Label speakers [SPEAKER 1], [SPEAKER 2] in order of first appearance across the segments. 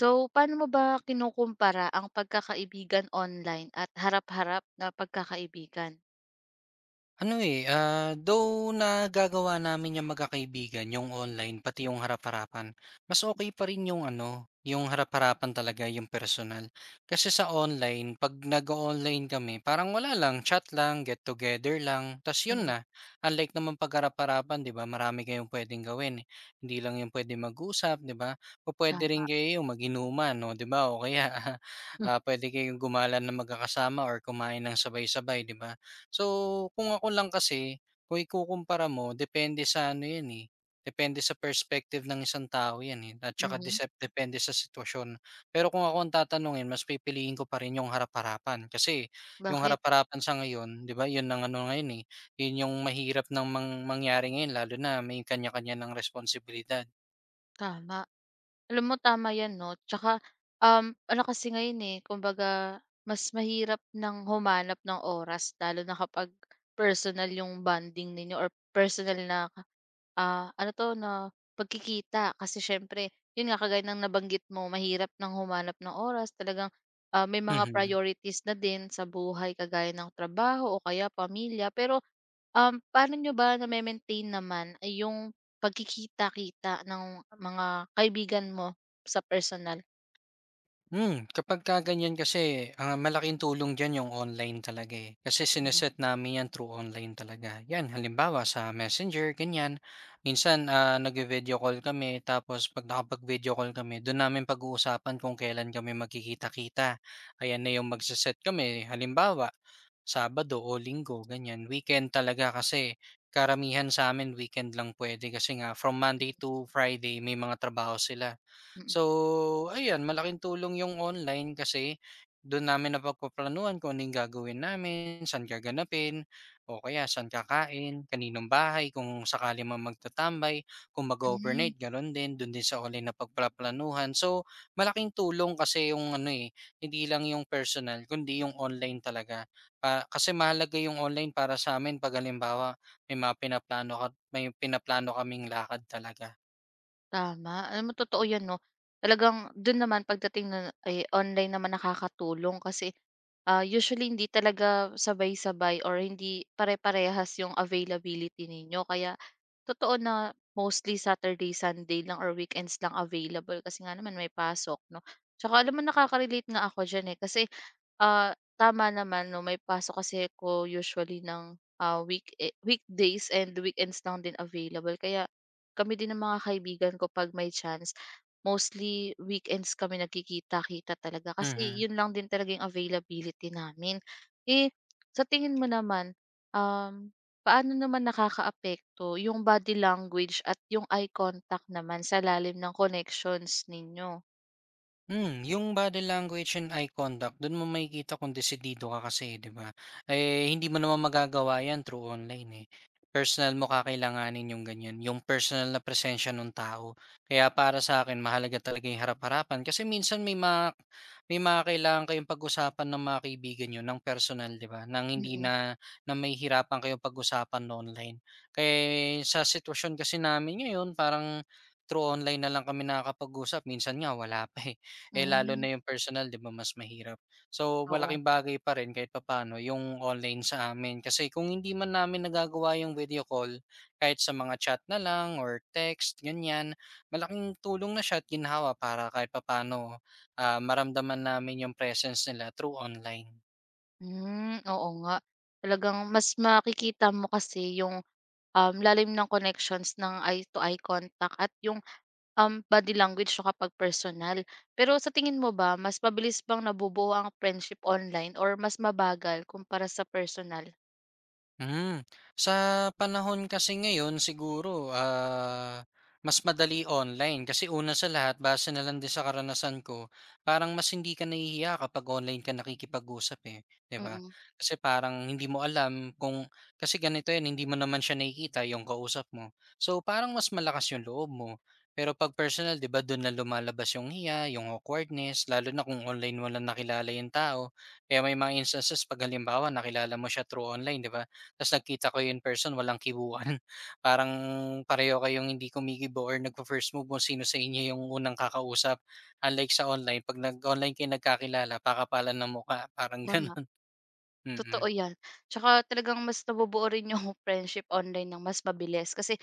[SPEAKER 1] So, paano mo ba kinukumpara ang pagkakaibigan online at harap-harap na pagkakaibigan?
[SPEAKER 2] Ano, eh, though nagagawa namin yung magkakaibigan, 'yung online pati 'yung harap-harapan. Mas okay pa rin 'yung ano, 'yung harap-harapan talaga, 'yung personal. Kasi sa online, 'pag nag online kami, parang wala lang, chat lang, get together lang, ta's 'yun
[SPEAKER 1] Mm.
[SPEAKER 2] na. Unlike naman 'pag harap-harapan, 'di ba, marami kayong puwedeng gawin, eh. Hindi lang 'yung pwede mag-usap, 'di ba? Pupuwede rin
[SPEAKER 1] Tama.
[SPEAKER 2] kayo yung mag-inuman, oh, 'di ba, o kaya, puwede kayong gumala ng magkakasama or kumain ng sabay-sabay, 'di ba? So, kung ako lang kasi, kung ikukumpara mo depende sa ano 'yan, eh, depende sa perspective ng isang tao 'yan, eh, at saka
[SPEAKER 1] Mhm.
[SPEAKER 2] depende sa sitwasyon. Pero kung ako ang tatanungin mas pipiliin ko pa rin yung harap-harapan kasi yung
[SPEAKER 1] Bakit?
[SPEAKER 2] harap-harapan sa ngayon 'di ba, 'yun ang ano ngayon, eh, 'yun yung mahirap ng mangyari ngayon lalo na may kanya-kanya ng responsibilidad.
[SPEAKER 1] Tama. Alam mo tama 'yan 'no, 'tsaka, ano kasi ngayon, eh, kumbaga mas mahirap ng humanap ng oras lalo na kapag personal yung bonding ninyo or personal na ah, ano 'to na pagkikita kasi siyempre, 'yun nga kagaya ng nabanggit mo mahirap ng humanap ng oras talagang, may mga priorities na din sa buhay kagaya ng trabaho o kaya pamilya. Pero, paano nyo ba name-maintain naman ay yung pagkikita-kita ng mga kaibigan mo sa personal?
[SPEAKER 2] Kapag ka ganyan kasi, malaking tulong diyan yung online talaga, eh. Kasi set namin 'yan through online talaga. 'Yan, halimbawa sa Messenger, ganyan. Minsan, nagvi-video call kami tapos 'pag nakapag-video call kami, do'n namin pag-uusapan kung kailan kami magkikita-kita. Ayan na yung magse kami, halimbawa Sabado o Linggo, ganyan. Weekend talaga kasi karamihan sa amin weekend lang pwede kasi nga from Monday to Friday may mga trabaho sila.
[SPEAKER 1] Mm.
[SPEAKER 2] So, ayan malaking tulong yung online kasi do'n namin napagpaplanuhan kung ano yung gagawin namin, saan gaganapin, o kaya saan kakain, kaninong bahay kung sakali man magtatambay, kung
[SPEAKER 1] Hmm.
[SPEAKER 2] mag-o-overnight gano'n din, do'n din sa online napagpaplanuhan. So, malaking tulong kasi yung ano, eh, hindi lang yung personal kundi yung online talaga. Pa kasi mahalaga yung online para sa'min 'pag halimbawa may mga pinaplano ka may pinaplano kaming lakad talaga.
[SPEAKER 1] Tama, alam mo totoo 'yan 'no. Talagang dun naman pagdating na ay online naman nakakatulong kasi, usually hindi talaga sabay-sabay or hindi pare-parehas 'yung availability ninyo kaya totoo na mostly Saturday, Sunday lang or weekends lang available kasi nga naman may pasok 'no. Tsaka alam mo nakaka-relate nga ako diyan, eh, kasi, ah, tama naman 'no, may pasok kasi ko usually ng, week eh, weekdays and weekends lang din available kaya kami din ng mga kaibigan ko 'pag may chance, mostly weekends kami nagkikita-kita talaga kasi
[SPEAKER 2] Mhm.
[SPEAKER 1] yun lang din talaga yung availability namin. Eh, sa tingin mo naman, um, paano naman nakakaapekto yung body language at yung eye contact naman sa lalim ng connections ninyo?
[SPEAKER 2] Yung body language and eye contact dun mo makikita kung desidido ka kasi, eh, 'di ba? Eh, hindi mo naman magagawa 'yan through online, eh. Personal mo kakailanganin yung ganyan, yung personal na presensya nung tao. Kaya para sa akin mahalaga talaga yung harap-harapan kasi minsan may mga kailangan kayong pag-usapan ng mga kaibigan niyo ng personal, 'di ba? Nang hindi
[SPEAKER 1] Mm,
[SPEAKER 2] na na mahihirapan kayong pag-usapan na online. Kaya sa sitwasyon kasi namin ngayon parang through online na lang kami nakakapag-usap, minsan nga wala pa, eh. Eh, lalo
[SPEAKER 1] hmm,
[SPEAKER 2] na yung personal 'di ba mas mahirap. So,
[SPEAKER 1] oo.
[SPEAKER 2] malaking bagay pa rin kahit papaano yung online sa amin kasi kung hindi man namin nagagawa yung video call, kahit sa mga chat na lang or text ganyan, malaking tulong na siya at ginhawa para kahit papaano, maramdaman namin yung presence nila through online.
[SPEAKER 1] Hmm, oo nga. Talagang mas makikita mo kasi yung lalim ng connections ng eye to eye contact at yung, body language so kapag personal. Pero sa tingin mo ba, mas mabilis bang nabubuo ang friendship online or mas mabagal kumpara sa personal?
[SPEAKER 2] Hmm, sa panahon kasi ngayon siguro, mas madali online kasi una sa lahat base na lang din sa karanasan ko, parang mas hindi ka nahihiya kapag online ka nakikipag-usap, eh, 'di ba?
[SPEAKER 1] Mm,
[SPEAKER 2] Kasi parang hindi mo alam kung kasi ganito 'yan hindi mo naman siya nakikita yung kausap mo. So, parang mas malakas yung loob mo. Pero 'pag personal 'di ba do'n na lumalabas yung hiya, yung awkwardness lalo na kung online mo lang nakilala yung tao. Kaya may mga instances 'pag halimbawa nakilala mo siya through online, 'di ba? Tas nagkita kayo in person walang kibuan. Parang pareho kayong hindi kumikibo or nagfa-first move mo sino sa inyo yung unang kakausap. Unlike sa online, 'pag nag-online kayo nagkakilala pakapalan ng mukha, parang
[SPEAKER 1] tama,
[SPEAKER 2] gano'n.
[SPEAKER 1] totoo
[SPEAKER 2] Mm.
[SPEAKER 1] yan. Tsaka talagang mas nabubuo rin yung friendship online ng mas mabilis kasi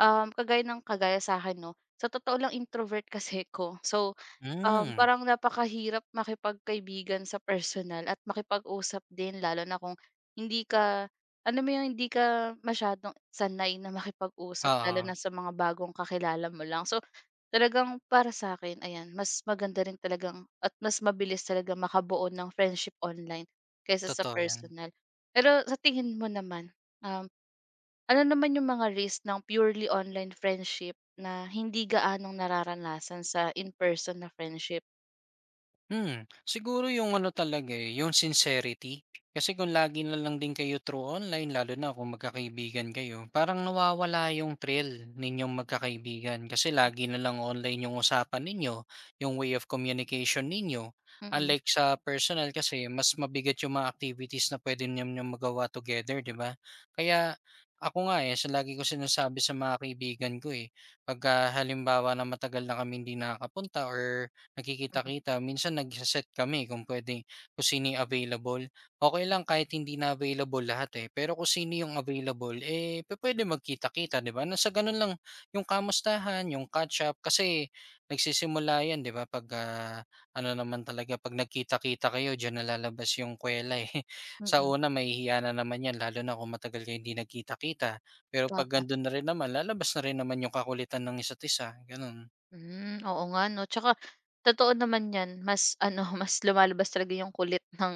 [SPEAKER 1] kagaya ng kagaya sa akin 'no, sa totoo lang introvert kasi ko. So,
[SPEAKER 2] Hmm,
[SPEAKER 1] parang napakahirap makipagkaibigan sa personal at makipag-usap din lalo na kung hindi ka ano mo yun, hindi ka masyadong sanay na makipag-usap lalo
[SPEAKER 2] Oo,
[SPEAKER 1] na sa mga bagong kakilala mo lang. So, talagang para sa sa'kin ayan, mas maganda rin talagang at mas mabilis talaga makabuo ng friendship online kaysa sa
[SPEAKER 2] totoo 'yan.
[SPEAKER 1] personal. Pero sa tingin mo naman, um ano naman yung mga risk ng purely online friendship na hindi gaanong nararanasan sa in-person na friendship?
[SPEAKER 2] Siguro yung ano talaga, eh, yung sincerity. Kasi kung lagi na lang din kayo through online, lalo na kung magkakaibigan kayo, parang nawawala yung thrill ninyong magkakaibigan. Kasi lagi na lang online yung usapan ninyo, yung way of communication ninyo.
[SPEAKER 1] Mm,
[SPEAKER 2] Unlike sa personal kasi, mas mabigat yung mga activities na pwede ninyo magawa together, di ba? Kaya ako nga eh, sa lagi ko sinasabi sa mga kaibigan ko eh, pag halimbawa na matagal na kami hindi nakakapunta or
[SPEAKER 1] mhm,
[SPEAKER 2] nagkikita-kita. Minsan nagse-set kami kung pwede kung sino yung available. Okey lang kahit hindi na available lahat, eh, pero kung sino yung available, eh, pwede magkita-kita, 'di ba? Nang sa gano'n lang yung kamustahan, yung catch up kasi nagsisimula 'yan, 'di ba, 'pag, ano naman talaga 'pag nagkita-kita kayo diyan nalalabas yung kuwela, eh. Sa
[SPEAKER 1] mm,
[SPEAKER 2] una mahihiya na naman 'yan lalo na kung matagal kayong hindi nagkita-kita, pero 'pag
[SPEAKER 1] tama.
[SPEAKER 2] ando'n na rin naman lalabas na rin naman yung kakulitan ng isa't isa, gano'n.
[SPEAKER 1] Hmm, oo nga 'no, tsaka totoo naman 'yan mas ano, mas lumalabas talaga yung kulit ng,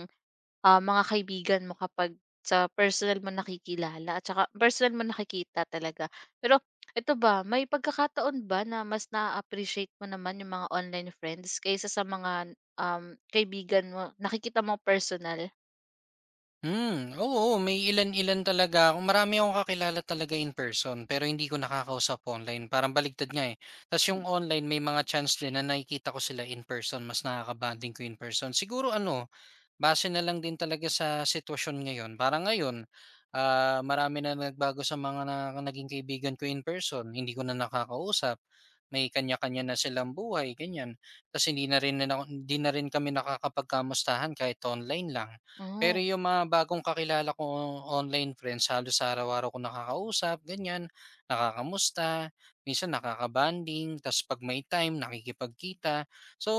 [SPEAKER 1] mga kaibigan mo kapag sa personal mo nakikilala at saka personal mo nakikita talaga. Pero ito ba, may pagkakataon ba na mas naa-appreciate mo naman yung mga online friends kaysa sa mga, kaibigan mo nakikita mo personal?
[SPEAKER 2] Oo, may ilan-ilan talaga ako. Marami akong kakilala talaga in person, pero hindi ko nakakausap online. Parang baligtad nga eh. Tapos yung online, may mga chance din na nakikita ko sila in person. Mas nakaka-bonding ko in person. Siguro ano, base na lang din talaga sa sitwasyon ngayon. Parang ngayon, marami na nagbago sa mga na naging kaibigan ko in person, hindi ko na nakakausap. May kanya-kanya na silang buhay, ganyan. Tapos hindi na rin kami nakakapagkamustahan kahit online lang. Pero
[SPEAKER 1] Oh,
[SPEAKER 2] yung mga bagong kakilala ko online friends, halos araw-araw ko nakakausap, ganyan, nakakamusta, minsan nakakabanding, tapos pag may time, nakikipagkita.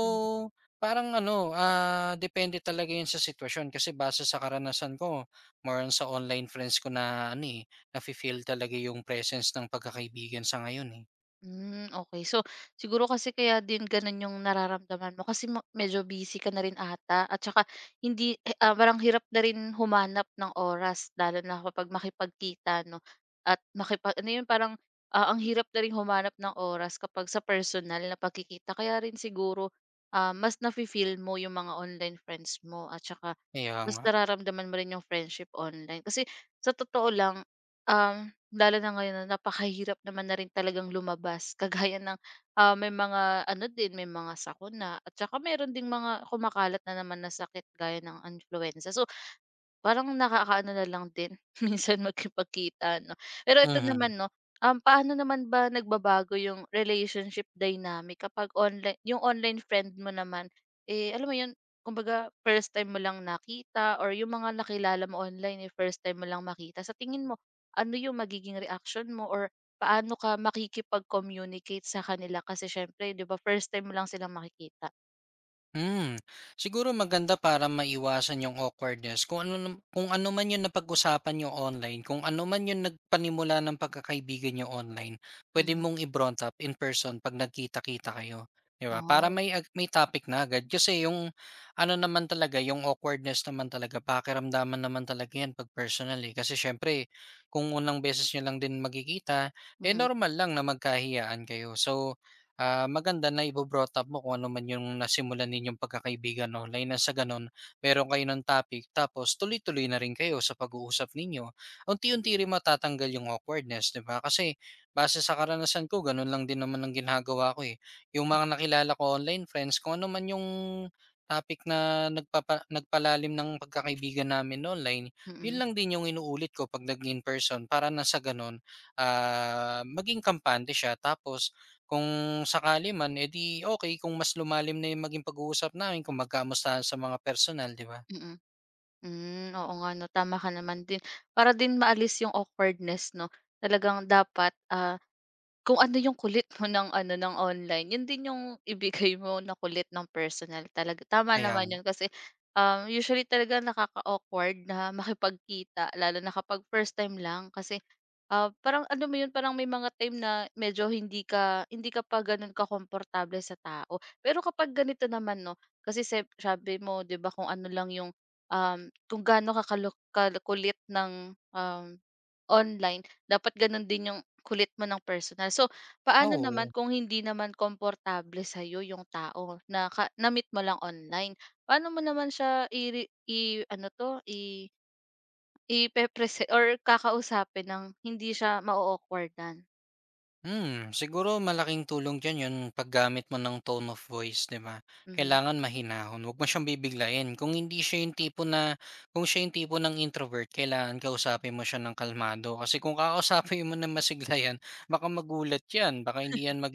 [SPEAKER 1] hmm,
[SPEAKER 2] parang ano, depende talaga 'yun sa sitwasyon kasi base sa karanasan ko more on sa online friends ko na ano, eh, nafi-feel talaga yung presence ng pagkakaibigan sa ngayon, eh.
[SPEAKER 1] hmm, okey. So, siguro kasi kaya din gano'n yung nararamdaman mo kasi medyo busy ka na rin ata at saka hindi eh, parang hirap na rin humanap ng oras lalo na kapag makipagkita 'no at makipag ano yun, parang, ang hirap na ring humanap ng oras kapag sa personal na pagkikita. Kaya rin siguro, mas nafi-feel mo yung mga online friends mo at saka
[SPEAKER 2] Kaya
[SPEAKER 1] mas
[SPEAKER 2] nga.
[SPEAKER 1] nararamdaman mo rin yung friendship online. Kasi sa totoo lang, um lalo na ngayon na napakahirap naman na rin talagang lumabas kagaya ng, may mga ano din, may mga sakuna at saka meron ding mga kumakalat na naman na sakit gaya ng influenza. So, parang nakakaano na lang din minsan makipagkita 'no. Pero ito
[SPEAKER 2] Mhm.
[SPEAKER 1] naman 'no, paano naman ba nagbabago yung relationship dynamic kapag online yung online friend mo naman, eh, alam mo yun, kumbaga first time mo lang nakita or yung mga nakilala mo online, eh, first time mo lang makita. Sa tingin mo, ano yung magiging reaction mo or paano ka makikipag-communicate sa kanila kasi siyempre 'di ba first time mo lang silang makikita?
[SPEAKER 2] Hmm, Siguro maganda para maiwasan yung awkwardness kung ano man yung napag-usapan niyo online, kung ano man yung nagpanimula ng pagkakaibigan niyo online, pwede
[SPEAKER 1] Mhm.
[SPEAKER 2] mong i-brought up in person 'pag nagkita-kita kayo, 'di ba? Para
[SPEAKER 1] Oh,
[SPEAKER 2] may topic na agad kasi yung ano naman talaga, yung awkwardness naman talaga pakiramdaman naman talaga 'yan 'pag personal, eh. Kasi siyempre kung unang beses niyo lang din magkikita, eh,
[SPEAKER 1] mm,
[SPEAKER 2] normal lang na magkahiyaan kayo. So maganda na ibo-brought up mo kung ano man yung nasimulan ninyong pagkakaibigan online na sa gano'n meron kayo ng topic tapos tuloy-tuloy na rin kayo sa pag-uusap ninyo. Unti-unti rin matatanggal yung awkwardness, 'di ba? Kasi base sa karanasan ko, gano'n lang din naman ang ginagawa ko eh. Yung mga nakilala ko online friends, kung ano man yung topic na nagpalalim ng pagkakaibigan namin online, yun
[SPEAKER 1] mm,
[SPEAKER 2] lang din yung inuulit ko 'pag nag in person para na sa gano'n, maging kampante siya tapos kung sakali man, edi, okay kung mas lumalim na yung maging pag-uusap namin kung magkamustahan sa mga personal, 'di ba?
[SPEAKER 1] mm. Hmm, oo nga 'no, tama ka naman din. Para din maalis yung awkwardness 'no, talagang dapat, kung ano yung kulit mo ng ano, ng online, yun din yung ibigay mo na kulit ng personal talaga. Tama
[SPEAKER 2] Kaya
[SPEAKER 1] naman
[SPEAKER 2] nga.
[SPEAKER 1] yun kasi, usually talaga nakaka-awkward na makipagkita lalo na kapag first time lang kasi, parang ano mo yun, parang may mga time na medyo hindi ka pa ganun ka komportable sa tao. Pero kapag ganito naman 'no, kasi sabi mo 'di ba kung ano lang yung, um, kung gaano ka kakulit ng, online, dapat ganun din yung kulit mo ng personal. So, paano naman
[SPEAKER 2] Oo.
[SPEAKER 1] kung hindi naman komportable sa'yo yung tao na ka na-meet mo lang online? Paano mo naman siya ire i-ano 'to, i ipeprese or kakausapin ng hindi siya ma-o-awkward-dan?
[SPEAKER 2] Siguro malaking tulong diyan 'yung paggamit mo ng tone of voice, 'di ba?
[SPEAKER 1] Mhm.
[SPEAKER 2] Kailangan mahinahon, huwag mo siyang bibiglain. Kung hindi siya 'yung tipo na kung siya 'yung tipo ng introvert, kailangan kausapin mo siya ng kalmado. Kasi kung kakausapin mo na masiglayan, 'yan, baka magulat 'yan,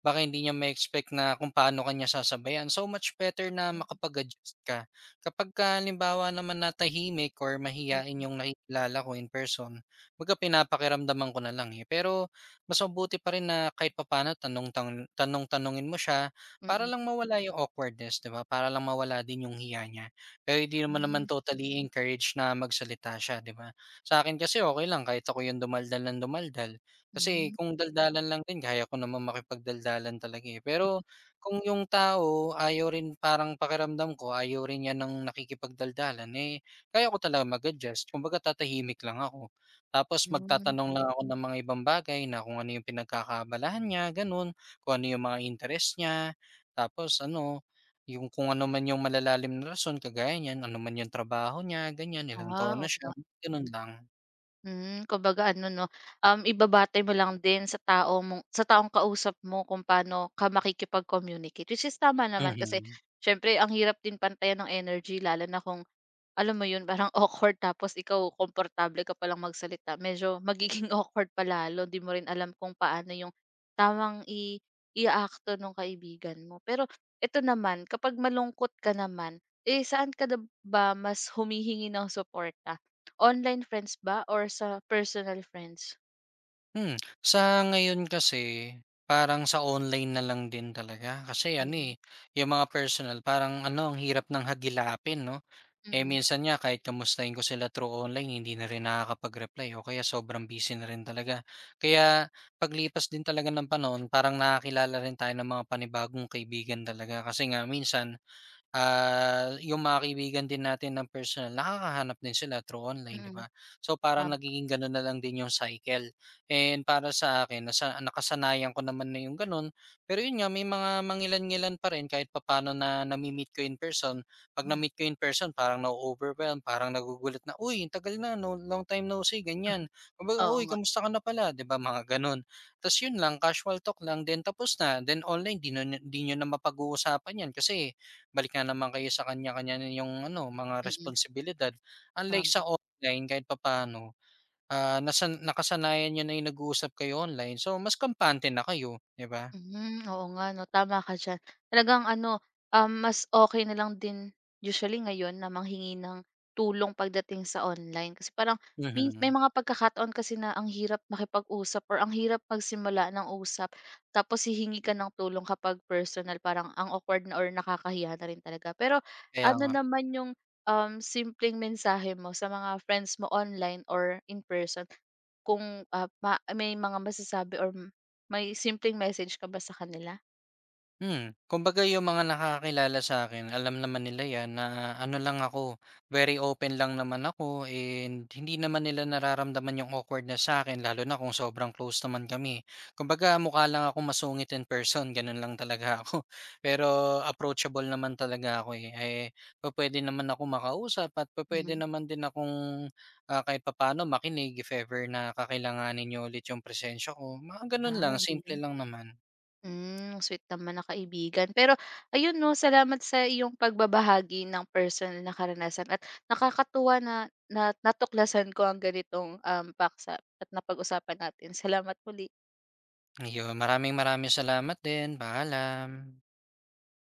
[SPEAKER 2] baka hindi niya ma-expect na kung paano kanya niya sasabayan. So much better na
[SPEAKER 1] Mm.
[SPEAKER 2] makapag-adjust ka. Kapag ka, halimbawa naman na tahimik or mahiyain 'yung nakikilala ko in person, kumbaga pinapakiramdaman ko na lang, eh. Pero mas mabuti pa rin na kahit papaano tanong-tanungin mo siya para
[SPEAKER 1] Mm.
[SPEAKER 2] lang mawala yung awkwardness, 'di ba? Para lang mawala din yung hiya niya. Pero hindi mo
[SPEAKER 1] Hmm.
[SPEAKER 2] naman totally encourage na magsalita siya, 'di ba? Sa akin kasi okay lang kahit ako yung dumaldal ng dumaldal. Kasi
[SPEAKER 1] Hmm.
[SPEAKER 2] kung daldalan lang din kaya ko naman makipagdaldalan talaga, eh. Pero kung yung tao ayaw rin parang pakiramdam ko ayaw rin niya ng nakikipagdaldalan, eh, kaya ko talaga mag-adjust kumbaga tatahimik lang ako. Tapos
[SPEAKER 1] Hmm.
[SPEAKER 2] magtatanong lang ako ng mga ibang bagay na kung ano yung pinagkakaabalahan niya, gano'n. Kung ano yung mga interest niya, tapos ano, yung kung ano man yung malalalim na rason kagaya niyan, ano man yung trabaho niya, ganyan, ilang taon na
[SPEAKER 1] Ah,
[SPEAKER 2] siya, gano'n lang.
[SPEAKER 1] hmm, kumbaga ano 'no, ibabatay mo lang din sa tao mong sa taong kausap mo kung paano ka makikipag-communicate, which is tama naman kasi
[SPEAKER 2] Mhm.
[SPEAKER 1] siyempre ang hirap din pantayan ng energy lalo na kung alam mo yun parang awkward tapos ikaw komportable ka palang magsalita medyo magiging awkward pa lalo di mo rin alam kung paano yung tamang iaakto nung kaibigan mo. Pero eto naman kapag malungkot ka naman, eh, saan ka na ba mas humihingi ng suporta? Online friends ba or sa personal friends?
[SPEAKER 2] Sa ngayon kasi, parang sa online na lang din talaga kasi ano,
[SPEAKER 1] Mm,
[SPEAKER 2] eh, yung mga personal parang ano, ang hirap ng hagilapin 'no? Eh,
[SPEAKER 1] mm,
[SPEAKER 2] minsan nga kahit kamustahin ko sila through online hindi na rin nakakapag-reply o kaya sobrang busy na rin talaga. Kaya paglipas din talaga ng panahon parang nakakilala rin tayo ng mga panibagong kaibigan talaga kasi nga minsan yung mga kaibigan din natin ng personal nakakahanap din sila through online, 'di
[SPEAKER 1] mm,
[SPEAKER 2] ba? So, parang
[SPEAKER 1] tama,
[SPEAKER 2] nagiging gano'n na lang din yung cycle. And para sa akin nasa nakasanayan ko naman na yung gano'n. Pero yun nga, may mga mangilan-ngilan pa rin kahit papaano na nami-meet ko in person. 'Pag
[SPEAKER 1] hmm,
[SPEAKER 2] na-meet ko in person parang na overwhelm parang nagugulat na, "Uy, ang tagal na 'no, long time no see," ganyan. Kumbaga,
[SPEAKER 1] oo
[SPEAKER 2] "Uy,
[SPEAKER 1] nga,
[SPEAKER 2] kamusta ka na pala?" 'Di ba, mga gano'n. Tapos yun lang, casual talk lang, then tapos na. Then online 'di nyo na mapag-uusapan 'yan kasi balik na naman kayo sa kanya-kanya ninyong ano, mga
[SPEAKER 1] mm,
[SPEAKER 2] responsibilidad. Unlike sa
[SPEAKER 1] tama.
[SPEAKER 2] online kahit papaano, nasan nakasanayan niyo na yung nag-uusap kayo online, so mas kampante na kayo, 'di ba?
[SPEAKER 1] Hmm, oo nga 'no, tama ka diyan. Talagang ano, mas okay na lang din usually ngayon na manghingi ng tulong pagdating sa online. Kasi parang may
[SPEAKER 2] Mhm,
[SPEAKER 1] mga pagkakataon kasi na ang hirap makipag-usap or ang hirap magsimula ng usap tapos hihingi ka ng tulong kapag personal, parang ang awkward na or nakakahiya na rin talaga. Pero
[SPEAKER 2] kaya
[SPEAKER 1] ano
[SPEAKER 2] nga.
[SPEAKER 1] naman yung, simpleng mensahe mo sa mga friends mo online or in person? Kung, may mga masasabi or may simpleng message ka ba sa kanila?
[SPEAKER 2] Kumbaga yung mga nakakakilala sa akin alam naman nila 'yan na ano lang ako, very open lang naman ako and hindi naman nila nararamdaman yung awkwardness sa akin lalo na kung sobrang close naman kami. Kumbaga mukha lang ako masungit in person, gano'n lang talaga ako. Pero approachable naman talaga ako, eh. Eh, pupuwede naman akong makausap at pwede
[SPEAKER 1] Mhm.
[SPEAKER 2] naman din akong, kahit papaano makinig if ever na kakailanganin niyo ulit yung presensya ko, mga gano'n
[SPEAKER 1] Ah,
[SPEAKER 2] lang,
[SPEAKER 1] ang,
[SPEAKER 2] simple lang naman.
[SPEAKER 1] hmm, sweet naman na kaibigan. Pero ayun 'no, salamat sa iyong pagbabahagi ng personal na karanasan at nakakatuwa na na natuklasan ko ang ganitong, paksa at napag-usapan natin. Salamat muli.
[SPEAKER 2] Ayun, maraming maraming salamat din. Paalam.